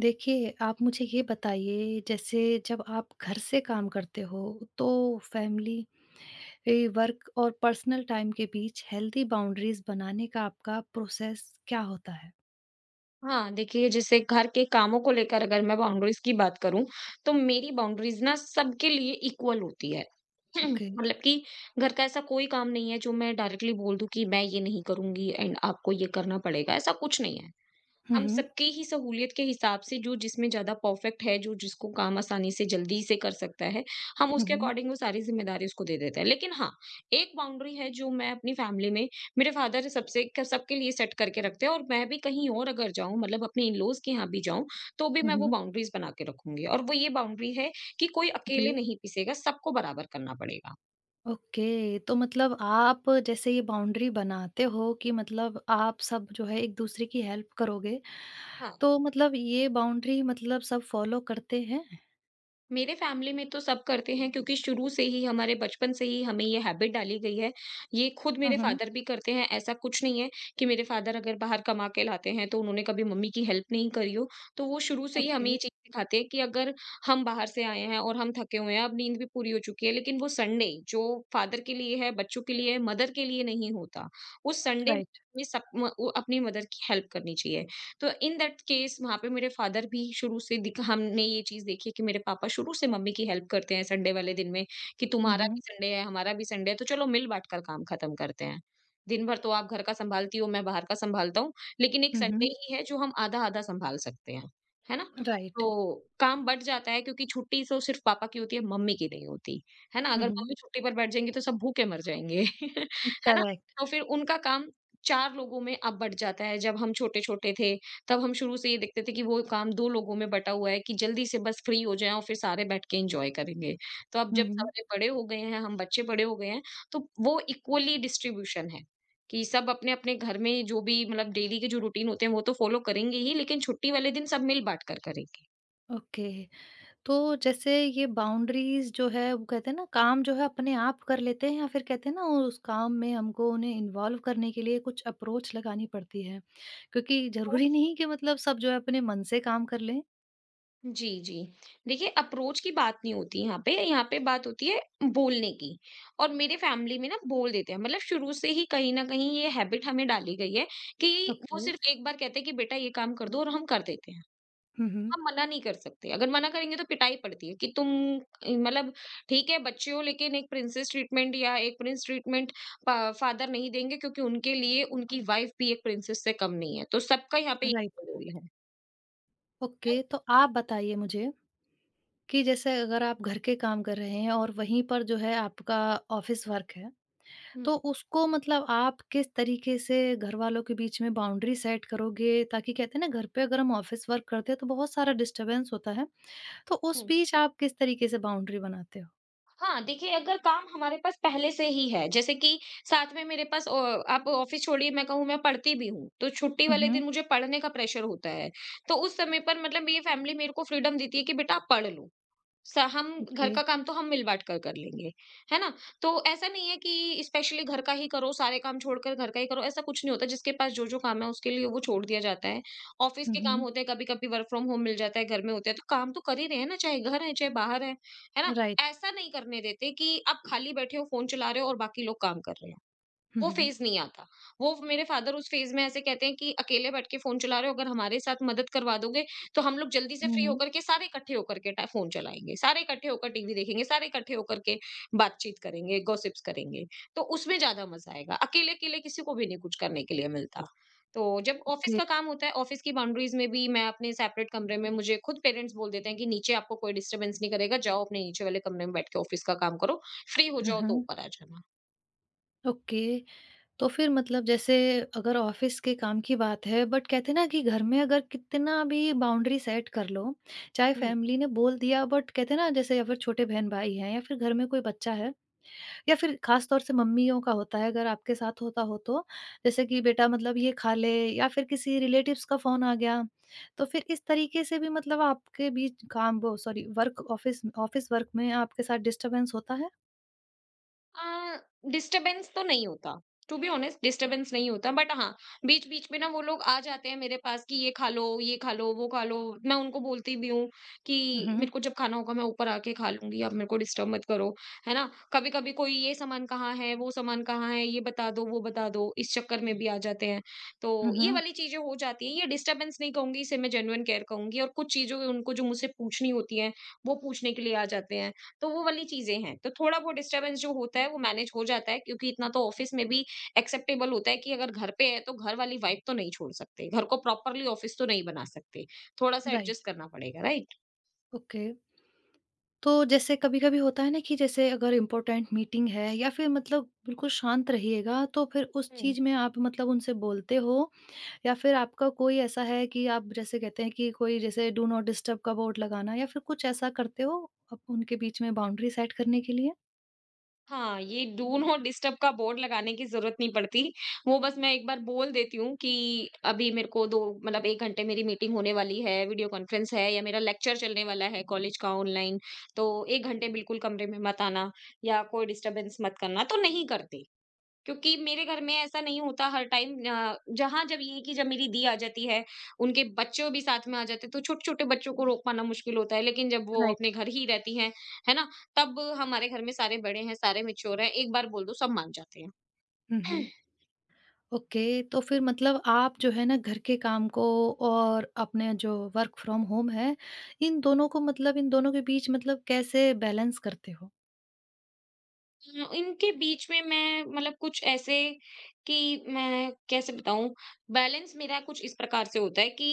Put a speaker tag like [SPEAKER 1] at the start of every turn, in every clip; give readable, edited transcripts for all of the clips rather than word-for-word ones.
[SPEAKER 1] देखिए, आप मुझे ये बताइए जैसे जब आप घर से काम करते हो तो फैमिली वर्क और पर्सनल टाइम के बीच हेल्दी बाउंड्रीज बनाने का आपका प्रोसेस क्या होता है?
[SPEAKER 2] हाँ, देखिए जैसे घर के कामों को लेकर अगर मैं बाउंड्रीज़ की बात करूँ, तो मेरी बाउंड्रीज़ ना सबके लिए इक्वल होती है।
[SPEAKER 1] ओके।
[SPEAKER 2] मतलब कि घर का ऐसा कोई काम नहीं है जो मैं डायरेक्टली बोल दूँ कि मैं ये नहीं करूँगी एंड आपको ये करना पड़ेगा, ऐसा कुछ नहीं है।
[SPEAKER 1] हुँ,
[SPEAKER 2] हम
[SPEAKER 1] हुँ।
[SPEAKER 2] सबकी ही सहूलियत के हिसाब से जो जिसमें ज़्यादा परफ़ेक्ट है, जो जिसको काम आसानी से जल्दी से कर सकता है, हम
[SPEAKER 1] हुँ,
[SPEAKER 2] उसके
[SPEAKER 1] हुँ।
[SPEAKER 2] अकॉर्डिंग वो सारी ज़िम्मेदारी उसको दे देते हैं। लेकिन हाँ, एक बाउंड्री है जो मैं अपनी फैमिली में मेरे फादर सबसे क सबके लिए सेट करके रखते हैं और मैं भी कहीं और अगर जाऊँ मतलब अपने इन-लॉज़ के यहाँ भी जाऊँ, तो भी
[SPEAKER 1] हुँ,
[SPEAKER 2] मैं वो
[SPEAKER 1] हुँ।
[SPEAKER 2] बाउंड्रीज़ बना के रखूँगी और वो ये बाउंड्री है कि कोई
[SPEAKER 1] जी।
[SPEAKER 2] अकेले नहीं पिसेगा, सबको बराबर करना पड़ेगा।
[SPEAKER 1] ओके, तो मतलब आप जैसे ये बाउंड्री बनाते हो कि मतलब आप सब जो है एक-दूसरे की हेल्प करोगे,
[SPEAKER 2] हाँ।
[SPEAKER 1] तो मतलब ये बाउंड्री मतलब सब फॉलो करते हैं?
[SPEAKER 2] मेरे फैमिली में तो सब करते हैं क्योंकि शुरू से ही हमारे बचपन से ही हमें ये हैबिट डाली गई है। ये खुद
[SPEAKER 1] हुँ,
[SPEAKER 2] मेरे
[SPEAKER 1] हुँ।
[SPEAKER 2] फादर भी करते हैं, ऐसा कुछ नहीं है कि मेरे फादर अगर बाहर कमा के लाते हैं तो उन्होंने कभी मम्मी की हेल्प नहीं करी हो। तो वो शुरू से ही हमें ये
[SPEAKER 1] ओके,
[SPEAKER 2] चीज़ सिखाते हैं कि अगर हम बाहर से आए हैं और हम थके हुए हैं, अब नींद भी पूरी हो चुकी है, लेकिन वो संडे जो फादर के लिए है, बच्चों के लिए है, मदर के लिए नहीं होता। उस संडे
[SPEAKER 1] राइट।
[SPEAKER 2] में सब म वो अपनी मदर की हेल्प करनी चाहिए। तो इन दैट केस वहाँ पे मेरे फादर भी शुरू से दिख हमने ये चीज़ देखी है कि मेरे पापा शुरू से मम्मी की हेल्प करते हैं संडे वाले दिन में कि
[SPEAKER 1] हुँ,
[SPEAKER 2] तुम्हारा भी
[SPEAKER 1] हुँ।
[SPEAKER 2] संडे है, हमारा भी संडे है, तो चलो मिल बाँट कर काम खत्म करते हैं। दिन भर तो आप घर का सँभालती हो, मैं बाहर का सँभालता हूँ, लेकिन एक
[SPEAKER 1] हुँ,
[SPEAKER 2] संडे
[SPEAKER 1] हुँ।
[SPEAKER 2] ही है जो हम आधा-आधा सँभाल सकते हैं। है ना?
[SPEAKER 1] राइट।
[SPEAKER 2] तो काम बँट जाता है क्योंकि छुट्टी तो सिर्फ़ पापा की होती है, मम्मी की नहीं होती। है ना?
[SPEAKER 1] हुँ,
[SPEAKER 2] अगर
[SPEAKER 1] हुँ।
[SPEAKER 2] मम्मी छुट्टी पर बैठ जाएँगी तो सब भूखे मर जाएँगे। है ना?
[SPEAKER 1] करेक्ट।
[SPEAKER 2] तो फिर उनका काम 4 लोगों में अब बँट जाता है। जब हम छोटे-छोटे थे तब हम शुरू से ये देखते थे कि वो काम 2 लोगों में बँटा हुआ है कि जल्दी से बस फ्री हो जाएँ और फिर सारे बैठ के एन्जॉय करेंगे। तो अब
[SPEAKER 1] हुँ,
[SPEAKER 2] जब
[SPEAKER 1] हुँ।
[SPEAKER 2] सारे बड़े हो गए हैं, हम बच्चे बड़े हो गए हैं, तो वो इक्वली डिस्ट्रीब्यूशन है कि सब अपने-अपने घर में जो भी मतलब डेली के जो रूटीन होते हैं, वो तो फ़ॉलो करेंगे ही, लेकिन छुट्टी वाले दिन सब मिल-बाँट कर करेंगे।
[SPEAKER 1] ओके, तो जैसे ये बाउंड्रीज़ जो है वो कहते हैं ना काम जो है अपने आप कर लेते हैं या फिर कहते हैं ना उस काम में हमको उन्हें इन्वॉल्व करने के लिए कुछ अप्रोच लगानी पड़ती है। क्योंकि ज़रूरी नहीं कि मतलब सब जो है अपने मन से काम कर लें।
[SPEAKER 2] जी, जी। देखिए अप्रोच की बात नहीं होती यहाँ पे बात होती है बोलने की। और मेरे फैमिली में ना बोल देते हैं मतलब शुरू से ही कहीं न कहीं ये हैबिट हमें डाली गई है कि वो
[SPEAKER 1] ओके।
[SPEAKER 2] सिर्फ़ एक बार कहते हैं कि बेटा ये काम कर दो और हम कर देते हैं।
[SPEAKER 1] हुँ, हुँ।
[SPEAKER 2] हम मना नहीं कर सकते, अगर मना करेंगे तो पिटाई पड़ती है कि तुम मतलब ठीक है बच्चे हो लेकिन एक प्रिंसेस ट्रीटमेंट या एक प्रिंस ट्रीटमेंट प फादर नहीं देंगे क्योंकि उनके लिए उनकी वाइफ़ भी एक प्रिंसेस से कम नहीं है। तो सबका यहाँ पे
[SPEAKER 1] राइट।
[SPEAKER 2] इक्वल रोल है।
[SPEAKER 1] ओके, तो आप बताइए मुझे कि जैसे अगर आप घर के काम कर रहे हैं और वहीं पर जो है आपका ऑफ़िस वर्क है
[SPEAKER 2] हुँ।
[SPEAKER 1] तो उसको मतलब आप किस तरीके से घर वालों के बीच में बाउंड्री सेट करोगे? ताकि कहते हैं ना घर पे अगर हम ऑफ़िस वर्क करते हैं तो बहुत सारा डिस्टर्बेंस होता है। तो उस बीच आप किस तरीके से बाउंड्री बनाते हो?
[SPEAKER 2] हाँ, देखिए अगर काम हमारे पास पहले से ही है, जैसे कि साथ में मेरे पास ओ आप ऑफ़िस छोड़िए मैं कहूँ मैं पढ़ती भी हूँ, तो छुट्टी
[SPEAKER 1] हुँ,
[SPEAKER 2] वाले
[SPEAKER 1] हुँ।
[SPEAKER 2] दिन मुझे पढ़ने का प्रेशर होता है। तो उस समय पर मतलब ये फैमिली मेरे को फ्रीडम देती है कि बेटा आप पढ़ लो। स हम घर
[SPEAKER 1] ओके।
[SPEAKER 2] का काम तो हम मिल-बाँट कर कर लेंगे, है ना? तो ऐसा नहीं है कि स्पेशली घर का ही करो, सारे काम छोड़कर घर का ही करो, ऐसा कुछ नहीं होता। जिसके पास जो-जो काम है उसके लिए वो छोड़ दिया जाता है। ऑफ़िस
[SPEAKER 1] हुँ,
[SPEAKER 2] के काम
[SPEAKER 1] हुँ।
[SPEAKER 2] होते हैं, कभी-कभी वर्क फ्रॉम होम मिल जाता है, घर में होते हैं, तो काम तो कर ही रहे हैं ना, चाहे घर है, चाहे बाहर है ना?
[SPEAKER 1] राइट।
[SPEAKER 2] ऐसा नहीं करने देते कि आप खाली बैठे हो, फ़ोन चला रहे हो और बाकी लोग काम कर रहे हैं।
[SPEAKER 1] हुँ,
[SPEAKER 2] वो
[SPEAKER 1] हुँ, हुँ।
[SPEAKER 2] फ़ेज़ नहीं आता। वो मेरे फ़ादर उस फ़ेज़ में ऐसे कहते हैं कि अकेले बैठ के फ़ोन चला रहे हो, अगर हमारे साथ मदद करवा दोगे, तो हम लोग जल्दी से
[SPEAKER 1] हुँ,
[SPEAKER 2] फ्री
[SPEAKER 1] हुँ।
[SPEAKER 2] होकर के सारे इकट्ठे होकर के ट फ़ोन चलाएँगे, सारे इकट्ठे होकर टीवी देखेंगे, सारे इकट्ठे होकर के बातचीत करेंगे, गॉसिप्स करेंगे। तो उसमें ज़्यादा मज़ा आएगा। अकेले-अकेले किसी को भी नहीं कुछ करने के लिए मिलता। तो जब ऑफ़िस
[SPEAKER 1] ओके।
[SPEAKER 2] का काम होता है, ऑफ़िस की बाउंड्रीज़ में भी मैं अपने सेपरेट कमरे में मुझे खुद पेरेंट्स बोल देते हैं कि नीचे आपको कोई डिस्टर्बेंस नहीं करेगा, जाओ अपने नीचे वाले कमरे में बैठ के ऑफ़िस का काम करो, फ्री हो
[SPEAKER 1] हुँ,
[SPEAKER 2] जाओ तो
[SPEAKER 1] हुँ।
[SPEAKER 2] ऊपर आ जाना।
[SPEAKER 1] ओके। तो फिर मतलब जैसे अगर ऑफ़िस के काम की बात है बट कहते हैं ना कि घर में अगर कितना भी बाउंड्री सेट कर लो, चाहे फैमिली ने बोल दिया बट कहते हैं ना जैसे या फिर छोटे बहन-भाई हैं या फिर घर में कोई बच्चा है या फिर खास तौर से मम्मियों का होता है, अगर आपके साथ होता हो तो, जैसे कि बेटा मतलब ये खा ले या फिर किसी रिलेटिव्स का फ़ोन आ गया, तो फिर इस तरीके से भी मतलब आपके बीच काम वो sorry work office office work में आपके साथ डिस्टर्बेंस होता है?
[SPEAKER 2] अ, डिस्टरबेंस तो नहीं होता। टू बी ऑनेस्ट डिस्टरबेंस नहीं होता बट हाँ, बीच-बीच में ना वो लोग आ जाते हैं मेरे पास कि ये खा लो, वो खा लो। मैं उनको बोलती भी हूँ कि
[SPEAKER 1] हुँ, हुँ।
[SPEAKER 2] मेरे को जब खाना होगा मैं ऊपर आके खा लूँगी, आप मेरे को डिस्टर्ब मत करो। है ना? कभी-कभी कोई ये सामान कहाँ है, वो सामान कहाँ है, ये बता दो, वो बता दो, इस चक्कर में भी आ जाते हैं। तो
[SPEAKER 1] हुँ,
[SPEAKER 2] ये
[SPEAKER 1] हुँ।
[SPEAKER 2] वाली चीज़ें हो जाती हैं। ये डिस्टरबेंस नहीं कहूँगी, इसे मैं जेन्युइन केयर कहूँगी और कुछ चीज़ों उनको जो मुझसे पूछनी होती हैं, वो पूछने के लिए आ जाते हैं। तो वो वाली चीज़ें हैं। तो थोड़ा बहुत डिस्टर्बेंस जो होता है वो मैनेज हो जाता है क्योंकि इतना तो ऑफ़िस में भी एक्सेप्टेबल होता है कि अगर घर पे है तो घर वाली वाइब तो नहीं छोड़ सकते। घर को प्रॉपर्ली ऑफ़िस तो नहीं बना सकते। थोड़ा-सा
[SPEAKER 1] राइट,
[SPEAKER 2] एडजस्ट करना पड़ेगा, राइट?
[SPEAKER 1] ओके। तो जैसे कभी-कभी होता है ना कि जैसे अगर इम्पोर्टेंट मीटिंग है या फिर मतलब बिल्कुल शांत रहिएगा, तो फिर उस
[SPEAKER 2] हुँ।
[SPEAKER 1] चीज़ में आप मतलब उनसे बोलते हो या फिर आपका कोई ऐसा है कि आप जैसे कहते हैं कि कोई जैसे डू नॉट डिस्टर्ब का बोर्ड लगाना या फिर कुछ ऐसा करते हो आप उनके बीच में बाउंड्री सेट करने के लिए?
[SPEAKER 2] हाँ, ये डू हुँ। नॉट डिस्टर्ब का बोर्ड लगाने की ज़रूरत नहीं पड़ती। वो बस मैं एक बार बोल देती हूँ कि अभी मेरे को 2 मतलब 1 घंटे मेरी मीटिंग होने वाली है, वीडियो कॉन्फ्रेंस है या मेरा लेक्चर चलने वाला है कॉलेज का ऑनलाइन, तो 1 घंटे बिल्कुल कमरे में मत आना या कोई डिस्टर्बेंस मत करना, तो नहीं करते। क्योंकि मेरे घर में ऐसा नहीं होता हर टाइम जहाँ जब ये कि जब मेरी दी आ जाती है, उनके बच्चों भी साथ में आ जाते हैं, तो छोटे-छोटे बच्चों को रोक पाना मुश्किल होता है। लेकिन जब वो
[SPEAKER 1] राइट।
[SPEAKER 2] अपने घर ही रहती हैं, है ना? तब हमारे घर में सारे बड़े हैं, सारे मैच्योर हैं, एक बार बोल दो सब मान जाते
[SPEAKER 1] हुँ,
[SPEAKER 2] हैं।
[SPEAKER 1] हुँ। ओके, तो फिर मतलब आप जो है ना घर के काम को और अपने जो वर्क फ्रॉम होम है, इन दोनों को इन दोनों के बीच कैसे बैलेंस करते हो?
[SPEAKER 2] इनके बीच में मैं मतलब कुछ ऐसे कि मैं कैसे बताऊँ बैलेंस मेरा कुछ इस प्रकार से होता है कि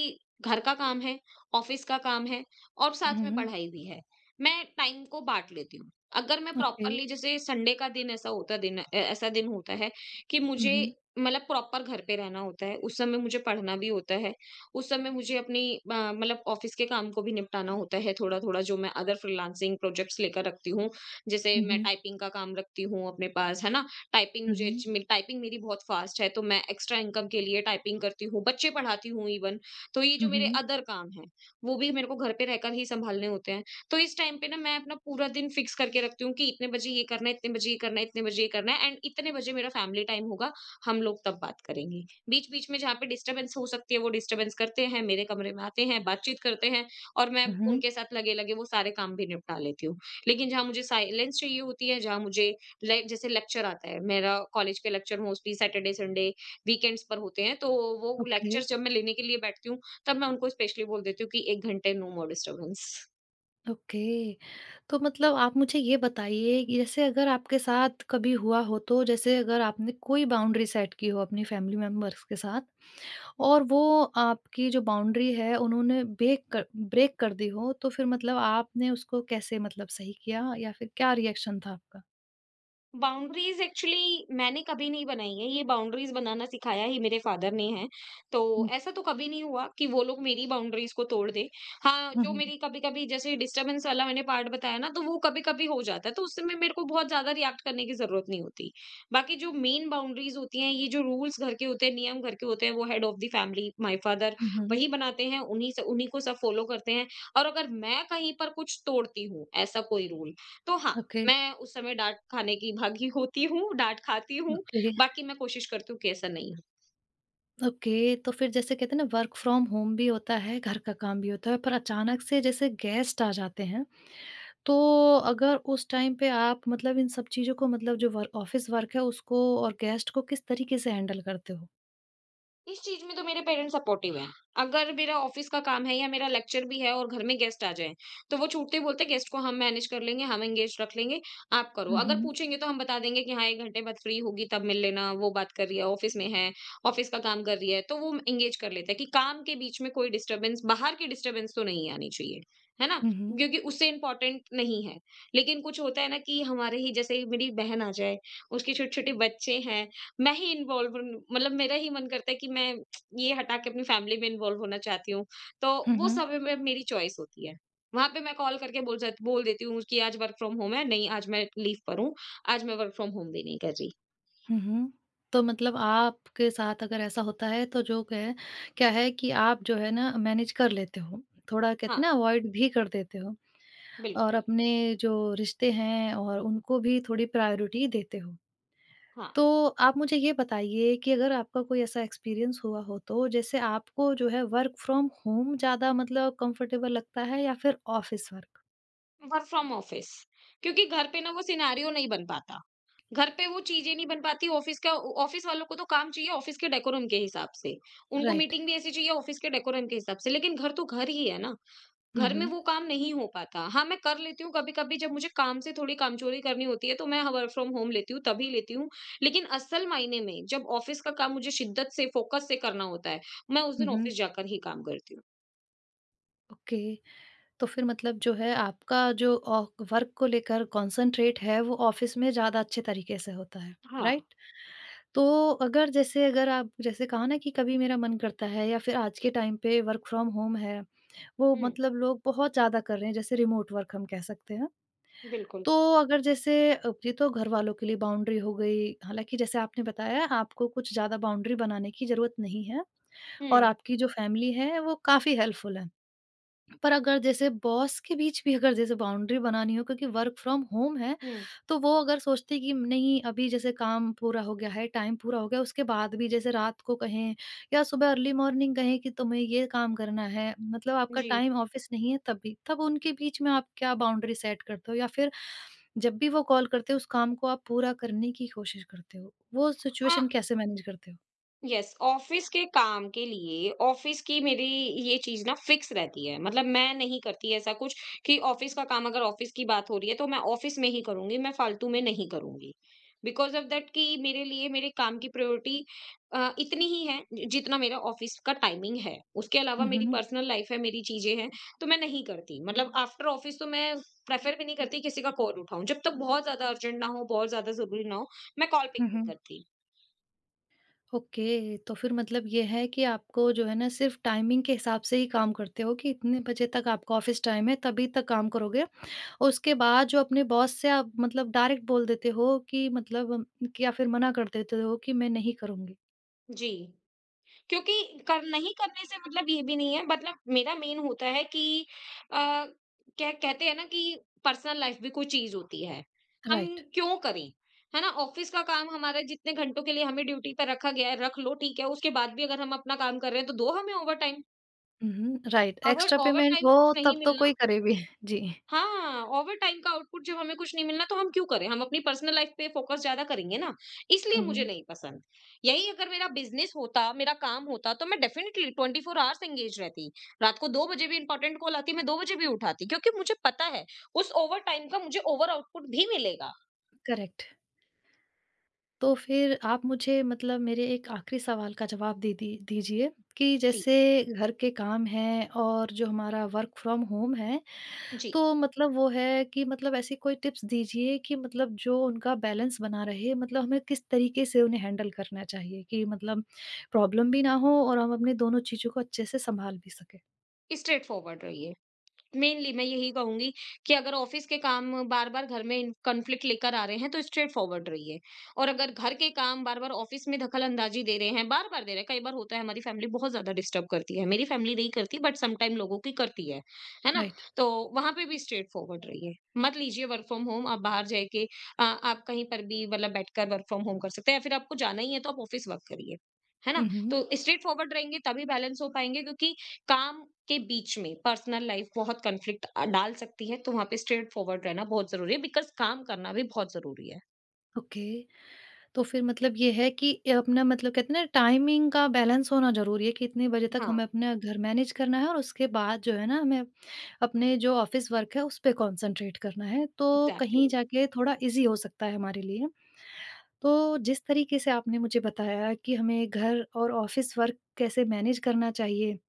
[SPEAKER 2] घर का काम है, ऑफ़िस का काम है और
[SPEAKER 1] हुँ,
[SPEAKER 2] साथ
[SPEAKER 1] हुँ,
[SPEAKER 2] में
[SPEAKER 1] हुँ।
[SPEAKER 2] पढ़ाई भी है। मैं टाइम को बाँट लेती हूँ। अगर मैं
[SPEAKER 1] ओके।
[SPEAKER 2] प्रॉपरली जैसे संडे का दिन ऐसा दिन होता है कि
[SPEAKER 1] हुँ,
[SPEAKER 2] मुझे
[SPEAKER 1] हुँ।
[SPEAKER 2] मतलब प्रॉपर घर पे रहना होता है। उस समय मुझे पढ़ना भी होता है। उस समय मुझे अपनी मतलब ऑफ़िस के काम को भी निपटाना होता है थोड़ा-थोड़ा जो मैं अदर फ्रीलांसिंग प्रोजेक्ट्स लेकर रखती हूँ। जैसे
[SPEAKER 1] हुँ,
[SPEAKER 2] मैं
[SPEAKER 1] हुँ।
[SPEAKER 2] टाइपिंग का काम रखती हूँ अपने पास, है ना? टाइपिंग
[SPEAKER 1] हुँ,
[SPEAKER 2] मुझे
[SPEAKER 1] हुँ।
[SPEAKER 2] अच्छी मे टाइपिंग मेरी बहुत फास्ट है, तो मैं एक्स्ट्रा इनकम के लिए टाइपिंग करती हूँ, बच्चे पढ़ाती हूँ इवन। तो ये जो
[SPEAKER 1] हुँ,
[SPEAKER 2] मेरे
[SPEAKER 1] हुँ।
[SPEAKER 2] अदर काम हैं, वो भी मेरे को घर पे रहकर ही सँभालने होते हैं। तो इस टाइम पे ना मैं अपना पूरा दिन फिक्स करके रखती हूँ कि इतने बजे ये करना है, इतने बजे ये करना है, इतने बजे ये करना है एंड इतने बजे मेरा फैमिली टाइम होगा, हम लोग तब बात करेंगे। बीच-बीच में जहाँ पे डिस्टर्बेंस हो सकती है, वो डिस्टर्बेंस करते हैं, मेरे कमरे में आते हैं, बातचीत करते हैं और मैं
[SPEAKER 1] हुँ, हुँ।
[SPEAKER 2] उनके साथ लगे-लगे वो सारे काम भी निपटा लेती हूँ। लेकिन जहाँ मुझे साइलेंस चाहिए होती है, जहाँ मुझे ले जैसे लेक्चर आता है, मेरा कॉलेज के lecture mostly Saturday, Sunday, weekends पर होते हैं, तो वो
[SPEAKER 1] ओके।
[SPEAKER 2] लेक्चर्स जब मैं लेने के लिए बैठती हूँ, तब मैं उनको स्पेशली बोल देती हूँ कि 1 घंटे नो मोर डिस्टर्बेंस।
[SPEAKER 1] ओके। तो मतलब आप मुझे ये बताइए कि जैसे अगर आपके साथ कभी हुआ हो तो जैसे अगर आपने कोई बाउंड्री सेट की हो अपनी फैमिली मेंबर्स के साथ और वो आपकी जो बाउंड्री है उन्होंने ब्रेक कर दी हो तो फिर मतलब आपने उसको कैसे मतलब सही किया या फिर क्या रिएक्शन था आपका?
[SPEAKER 2] बाउंड्रीज एक्चुअली मैंने कभी नहीं बनाई है, ये बाउंड्रीज बनाना सिखाया ही मेरे फादर ने है। तो
[SPEAKER 1] हुँ,
[SPEAKER 2] ऐसा तो कभी नहीं हुआ कि वो लोग मेरी बाउंड्रीज को तोड़ दें। हाँ,
[SPEAKER 1] हुँ,
[SPEAKER 2] जो
[SPEAKER 1] हुँ।
[SPEAKER 2] मेरी कभी-कभी जैसे डिस्टर्बेंस वाला मैंने पार्ट बताया ना, तो वो कभी-कभी हो जाता है, तो उस समय मेरे को बहुत ज़्यादा रिएक्ट करने की ज़रूरत नहीं होती। बाकी जो मेन बाउंड्रीज होती हैं, ये जो रूल्स घर के होते हैं, नियम घर के होते हैं, वो head of the family my father
[SPEAKER 1] हुँ, हुँ।
[SPEAKER 2] वही बनाते हैं, उन्हीं से उन्हीं को सब फॉलो करते हैं और अगर मैं कहीं पर कुछ तोड़ती हूँ, ऐसा कोई रूल, तो हाँ,
[SPEAKER 1] ओके,
[SPEAKER 2] मैं उस समय डाँट खाने की भागी होती हूँ, डाँट खाती हूँ।
[SPEAKER 1] ओके,
[SPEAKER 2] बाकी मैं कोशिश करती हूँ कि ऐसा नहीं।
[SPEAKER 1] ओके। तो फिर जैसे कहते हैं ना वर्क फ्रॉम होम भी होता है, घर का काम भी होता है पर अचानक से जैसे गेस्ट आ जाते हैं तो अगर उस टाइम पे आप मतलब इन सब चीज़ों को मतलब जो वर्क ऑफ़िस वर्क है उसको और गेस्ट को किस तरीके से हैंडल करते हो?
[SPEAKER 2] इस चीज़ में तो मेरे पेरेंट्स सपोर्टिव हैं। अगर मेरा ऑफ़िस का काम है या मेरा लेक्चर भी है और घर में गेस्ट आ जाएँ, तो वो छूटते ही बोलते हैं, "गेस्ट को हम मैनेज कर लेंगे, हम एंगेज रख लेंगे, आप करो।"
[SPEAKER 1] हुँ,
[SPEAKER 2] अगर
[SPEAKER 1] हुँ।
[SPEAKER 2] पूछेंगे तो हम बता देंगे कि, "हाँ, 1 घंटे बाद फ्री होगी, तब मिल लेना। वो बात कर रही है, ऑफ़िस में है, ऑफ़िस का काम कर रही है।" तो वो एंगेज कर लेते हैं कि काम के बीच में कोई डिस्टर्बेंस, बाहर की डिस्टर्बेंस तो नहीं आनी चाहिए, है ना?
[SPEAKER 1] हुँ, हुँ।
[SPEAKER 2] क्योंकि उससे इम्पोर्टेंट नहीं है। लेकिन कुछ होता है ना कि हमारे ही जैसे मेरी बहन आ जाए, उसके छोटे-छोटे बच्चे हैं, मैं ही इन्वॉल्व, मतलब मेरा ही मन करता है कि मैं ये हटा के अपनी फैमिली में इन्वॉल्व होना चाहती हूँ। तो
[SPEAKER 1] हुँ,
[SPEAKER 2] वो
[SPEAKER 1] हुँ।
[SPEAKER 2] समय में मेरी चॉइस होती है। वहाँ पे मैं कॉल करके बोल देती हूँ कि आज वर्क फ्रॉम होम है, नहीं आज मैं लीव पर हूँ, आज मैं वर्क फ्रॉम होम भी नहीं कर रही।
[SPEAKER 1] हुँ, हुँ। तो मतलब आपके साथ अगर ऐसा होता है तो जो है क्या है कि आप जो है ना मैनेज कर लेते हो। थोड़ा कहते
[SPEAKER 2] हाँ,
[SPEAKER 1] हैं ना अवॉइड भी कर देते हो और
[SPEAKER 2] बिल्कुल,
[SPEAKER 1] अपने जो रिश्ते हैं और उनको भी थोड़ी प्रायोरिटी देते हो।
[SPEAKER 2] हाँ,
[SPEAKER 1] तो आप मुझे ये बताइए कि अगर आपका कोई ऐसा एक्सपीरियंस हुआ हो तो जैसे आपको जो है वर्क फ्रॉम होम ज़्यादा मतलब कंफर्टेबल लगता है या फिर office work?
[SPEAKER 2] Work from office, क्योंकि घर पे ना वो सिनेरियो नहीं बन पाता। घर पे वो चीज़ें नहीं बन पाती। ऑफिस वालों को तो काम चाहिए ऑफिस के डेकोरम के हिसाब से। उनको
[SPEAKER 1] राइट।
[SPEAKER 2] मीटिंग भी ऐसी चाहिए ऑफिस के डेकोरम के हिसाब से, लेकिन घर तो घर ही है ना।
[SPEAKER 1] हम्म
[SPEAKER 2] घर में
[SPEAKER 1] हम्म
[SPEAKER 2] वो काम नहीं हो पाता। हाँ, मैं कर लेती हूँ कभी-कभी, जब मुझे काम से थोड़ी कामचोरी करनी होती है तो मैं वर्क फ्रॉम होम लेती हूँ, तभी लेती हूँ। लेकिन असल मायने में जब ऑफ़िस का काम मुझे शिद्दत से, फ़ोकस से करना होता है, मैं उस दिन
[SPEAKER 1] हम्म।
[SPEAKER 2] ऑफ़िस जाकर ही काम करती हूँ।
[SPEAKER 1] ओके, तो फिर मतलब जो है आपका जो वर्क को लेकर कंसंट्रेट है वो ऑफिस में ज़्यादा अच्छे तरीके से होता है।
[SPEAKER 2] हाँ।
[SPEAKER 1] राइट। तो अगर जैसे अगर आप जैसे कहा ना कि कभी मेरा मन करता है या फिर आज के टाइम पे वर्क फ्रॉम होम है, वो
[SPEAKER 2] हुँ,
[SPEAKER 1] मतलब लोग बहुत ज़्यादा कर रहे हैं जैसे रिमोट वर्क हम कह सकते हैं।
[SPEAKER 2] बिल्कुल।
[SPEAKER 1] तो अगर जैसे अब ये तो घर वालों के लिए बाउंड्री हो गई, हालाँकि जैसे आपने बताया आपको कुछ ज़्यादा बाउंड्री बनाने की ज़रूरत नहीं है और
[SPEAKER 2] हुँ,
[SPEAKER 1] आपकी जो फैमिली है वो काफ़ी हेल्पफुल है। पर अगर जैसे बॉस के बीच भी अगर जैसे बाउंड्री बनानी हो क्योंकि वर्क फ्रॉम होम है,
[SPEAKER 2] हुँ।
[SPEAKER 1] तो वो अगर सोचते हैं कि नहीं अभी जैसे काम पूरा हो गया है, टाइम पूरा हो गया, उसके बाद भी जैसे रात को कहें या सुबह अर्ली मॉर्निंग कहें कि तुम्हें ये काम करना है, मतलब आपका
[SPEAKER 2] जी।
[SPEAKER 1] टाइम ऑफिस नहीं है तब भी, तब उनके बीच में आप क्या बाउंड्री सेट करते हो? या फिर जब भी वो कॉल करते हो उस काम को आप पूरा करने की कोशिश करते हो? वो
[SPEAKER 2] हाँ,
[SPEAKER 1] सिचुएशन कैसे मैनेज करते हो?
[SPEAKER 2] यस, ऑफिस के काम के लिए ऑफिस की मेरी ये चीज ना फिक्स रहती है। मतलब मैं नहीं करती ऐसा कुछ कि ऑफिस का काम, अगर ऑफिस की बात हो रही है तो मैं ऑफिस में ही करूंगी, मैं फालतू में नहीं करूंगी, बिकॉज ऑफ दैट, कि मेरे लिए मेरे काम की प्रायोरिटी इतनी ही है जितना मेरा ऑफिस का टाइमिंग है। उसके अलावा
[SPEAKER 1] हुँ,
[SPEAKER 2] मेरी
[SPEAKER 1] हुँ।
[SPEAKER 2] पर्सनल लाइफ है, मेरी चीजें हैं। तो मैं नहीं करती, मतलब आफ्टर ऑफिस तो मैं प्रेफर भी नहीं करती किसी का कॉल उठाऊं, जब तक बहुत ज्यादा अर्जेंट ना हो, बहुत ज्यादा जरूरी ना हो, मैं कॉल पिक
[SPEAKER 1] हुँ,
[SPEAKER 2] नहीं
[SPEAKER 1] हुँ।
[SPEAKER 2] करती।
[SPEAKER 1] ओके, तो फिर मतलब ये है कि आपको जो है ना सिर्फ़ टाइमिंग के हिसाब से ही काम करते हो कि इतने बजे तक आपका ऑफ़िस टाइम है तभी तक काम करोगे और उसके बाद जो अपने बॉस से आप मतलब डायरेक्ट बोल देते हो कि मतलब या फिर मना कर देते हो कि मैं नहीं करूँगी।
[SPEAKER 2] जी। क्योंकि कर नहीं करने से मतलब ये भी नहीं है, मतलब मेरा मेन होता है कि अ, क्या कहते हैं ना कि पर्सनल लाइफ भी कोई चीज होती है। हम
[SPEAKER 1] राइट।
[SPEAKER 2] क्यों करें, है ना? ऑफिस का काम हमारा जितने घंटों के लिए हमें ड्यूटी पर रखा गया है, रख लो, ठीक है, उसके बाद भी अगर हम अपना काम कर रहे हैं तो दो हमें ओवर टाइम।
[SPEAKER 1] हुँ, हुँ, राइट
[SPEAKER 2] अगर
[SPEAKER 1] एक्स्ट्रा
[SPEAKER 2] ओवर
[SPEAKER 1] पेमेंट
[SPEAKER 2] टाइम
[SPEAKER 1] हो
[SPEAKER 2] कुछ नहीं
[SPEAKER 1] तब तो
[SPEAKER 2] मिलना,
[SPEAKER 1] कोई करे भी। जी।
[SPEAKER 2] हाँ, ओवरटाइम का आउटपुट जब हमें कुछ नहीं मिलना तो हम क्यों करें? हम अपनी पर्सनल लाइफ पे फोकस ज़्यादा करेंगे ना, इसलिए
[SPEAKER 1] हुँ,
[SPEAKER 2] मुझे
[SPEAKER 1] हुँ।
[SPEAKER 2] नहीं पसंद। यही अगर मेरा बिज़नेस होता, मेरा काम होता तो मैं डेफ़िनिटली 24 हॉर्स एंगेज रहती। रात को 2 बजे भी इंपॉर्टेंट कॉल आती, मैं 2 बजे भी उठाती, क्योंकि मुझे पता है उस ओवरटाइम का मुझे ओवर आउटपुट भी मिलेगा।
[SPEAKER 1] करेक्ट। तो फिर आप मुझे मतलब मेरे एक आखिरी सवाल का जवाब दे दी दीजिए कि
[SPEAKER 2] जी,
[SPEAKER 1] जैसे घर के काम हैं और जो हमारा वर्क फ्रॉम होम है
[SPEAKER 2] जी।
[SPEAKER 1] तो मतलब वो है कि मतलब ऐसी कोई टिप्स दीजिए कि मतलब जो उनका बैलेंस बना रहे मतलब हमें किस तरीके से उन्हें हैंडल करना चाहिए कि मतलब प्रॉब्लम भी ना हो और हम अपनी दोनों चीज़ों को अच्छे से संभाल भी सकें।
[SPEAKER 2] स्ट्रेट फॉरवर्ड रहिए। मेनली मैं यही कहूँगी कि अगर ऑफिस के काम बार-बार घर में कॉन्फ्लिक्ट लेकर आ रहे हैं, तो स्ट्रेट फॉरवर्ड रहिए। और अगर घर के काम बार-बार ऑफिस में दखल-अंदाज़ी दे रहे हैं, बार-बार दे रहे हैं, कई बार होता है हमारी फैमिली बहुत ज़्यादा डिस्टर्ब करती है। मेरी फैमिली नहीं करती, बट समटाइम लोगों की करती है ना?
[SPEAKER 1] राइट।
[SPEAKER 2] तो वहाँ पे भी स्ट्रेट फॉरवर्ड रहिए। मत लीजिए वर्क फ्रॉम होम। आप बाहर जा के, आप कहीं पर भी मतलब बैठकर वर्क फ्रॉम होम कर सकते हैं, या फिर आपको जाना ही है तो आप ऑफिस वर्क करिए, है ना?
[SPEAKER 1] हुँ,
[SPEAKER 2] तो
[SPEAKER 1] हुँ।
[SPEAKER 2] स्ट्रेट फॉरवर्ड रहेंगे तभी बैलेंस हो पाएँगे, क्योंकि काम के बीच में पर्सनल लाइफ बहुत कॉन्फ्लिक्ट डाल सकती है, तो वहां पे स्ट्रेट फॉरवर्ड रहना बहुत जरूरी है, बिकॉज काम करना भी बहुत जरूरी है।
[SPEAKER 1] ओके। तो फिर मतलब ये है कि ये अपना मतलब कहते हैं ना टाइमिंग का बैलेंस होना ज़रूरी है कि इतने बजे तक
[SPEAKER 2] हाँ,
[SPEAKER 1] हमें अपना घर मैनेज करना है और उसके बाद जो है ना हमें अपने जो ऑफ़िस वर्क है उस पे कॉन्संट्रेट करना है, तो
[SPEAKER 2] एग्जैक्टली
[SPEAKER 1] कहीं
[SPEAKER 2] exactly.
[SPEAKER 1] जाके थोड़ा ईज़ी हो सकता है हमारे लिए। तो जिस तरीके से आपने मुझे बताया कि हमें घर और ऑफ़िस वर्क कैसे मैनेज करना चाहिए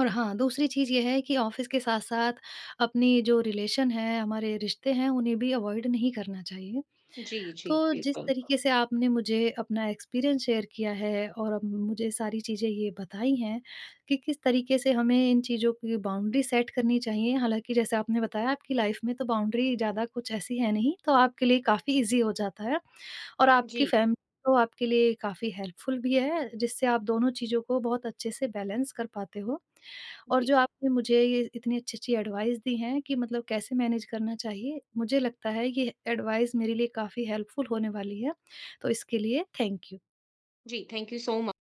[SPEAKER 1] और हाँ, दूसरी चीज़ ये है कि ऑफ़िस के साथ-साथ अपनी जो रिलेशन है, हमारे रिश्ते हैं, उन्हें भी अवॉइड नहीं करना चाहिए।
[SPEAKER 2] जी, जी,
[SPEAKER 1] तो जिस
[SPEAKER 2] बिल्कुल।
[SPEAKER 1] तरीके से आपने मुझे अपना एक्सपीरियंस शेयर किया है और अब मुझे सारी चीज़ें ये बताई हैं कि किस तरीके से हमें इन चीज़ों की बाउंड्री सेट करनी चाहिए। हालाँकि जैसे आपने बताया आपकी लाइफ में तो बाउंड्री ज़्यादा कुछ ऐसी है नहीं, तो आपके लिए काफ़ी ईज़ी हो जाता है और
[SPEAKER 2] जी।
[SPEAKER 1] आपकी फैमिली तो आपके लिए काफ़ी हेल्पफुल भी है, जिससे आप दोनों चीज़ों को बहुत अच्छे से बैलेंस कर पाते हो। और
[SPEAKER 2] जी।
[SPEAKER 1] जो आपने मुझे ये इतनी अच्छी-अच्छी एडवाइस दी हैं कि मतलब कैसे मैनेज करना चाहिए, मुझे लगता है ये एडवाइस मेरे लिए काफ़ी हेल्पफुल होने वाली है। तो इसके लिए थैंक यू।
[SPEAKER 2] जी, थैंक यू सो मच।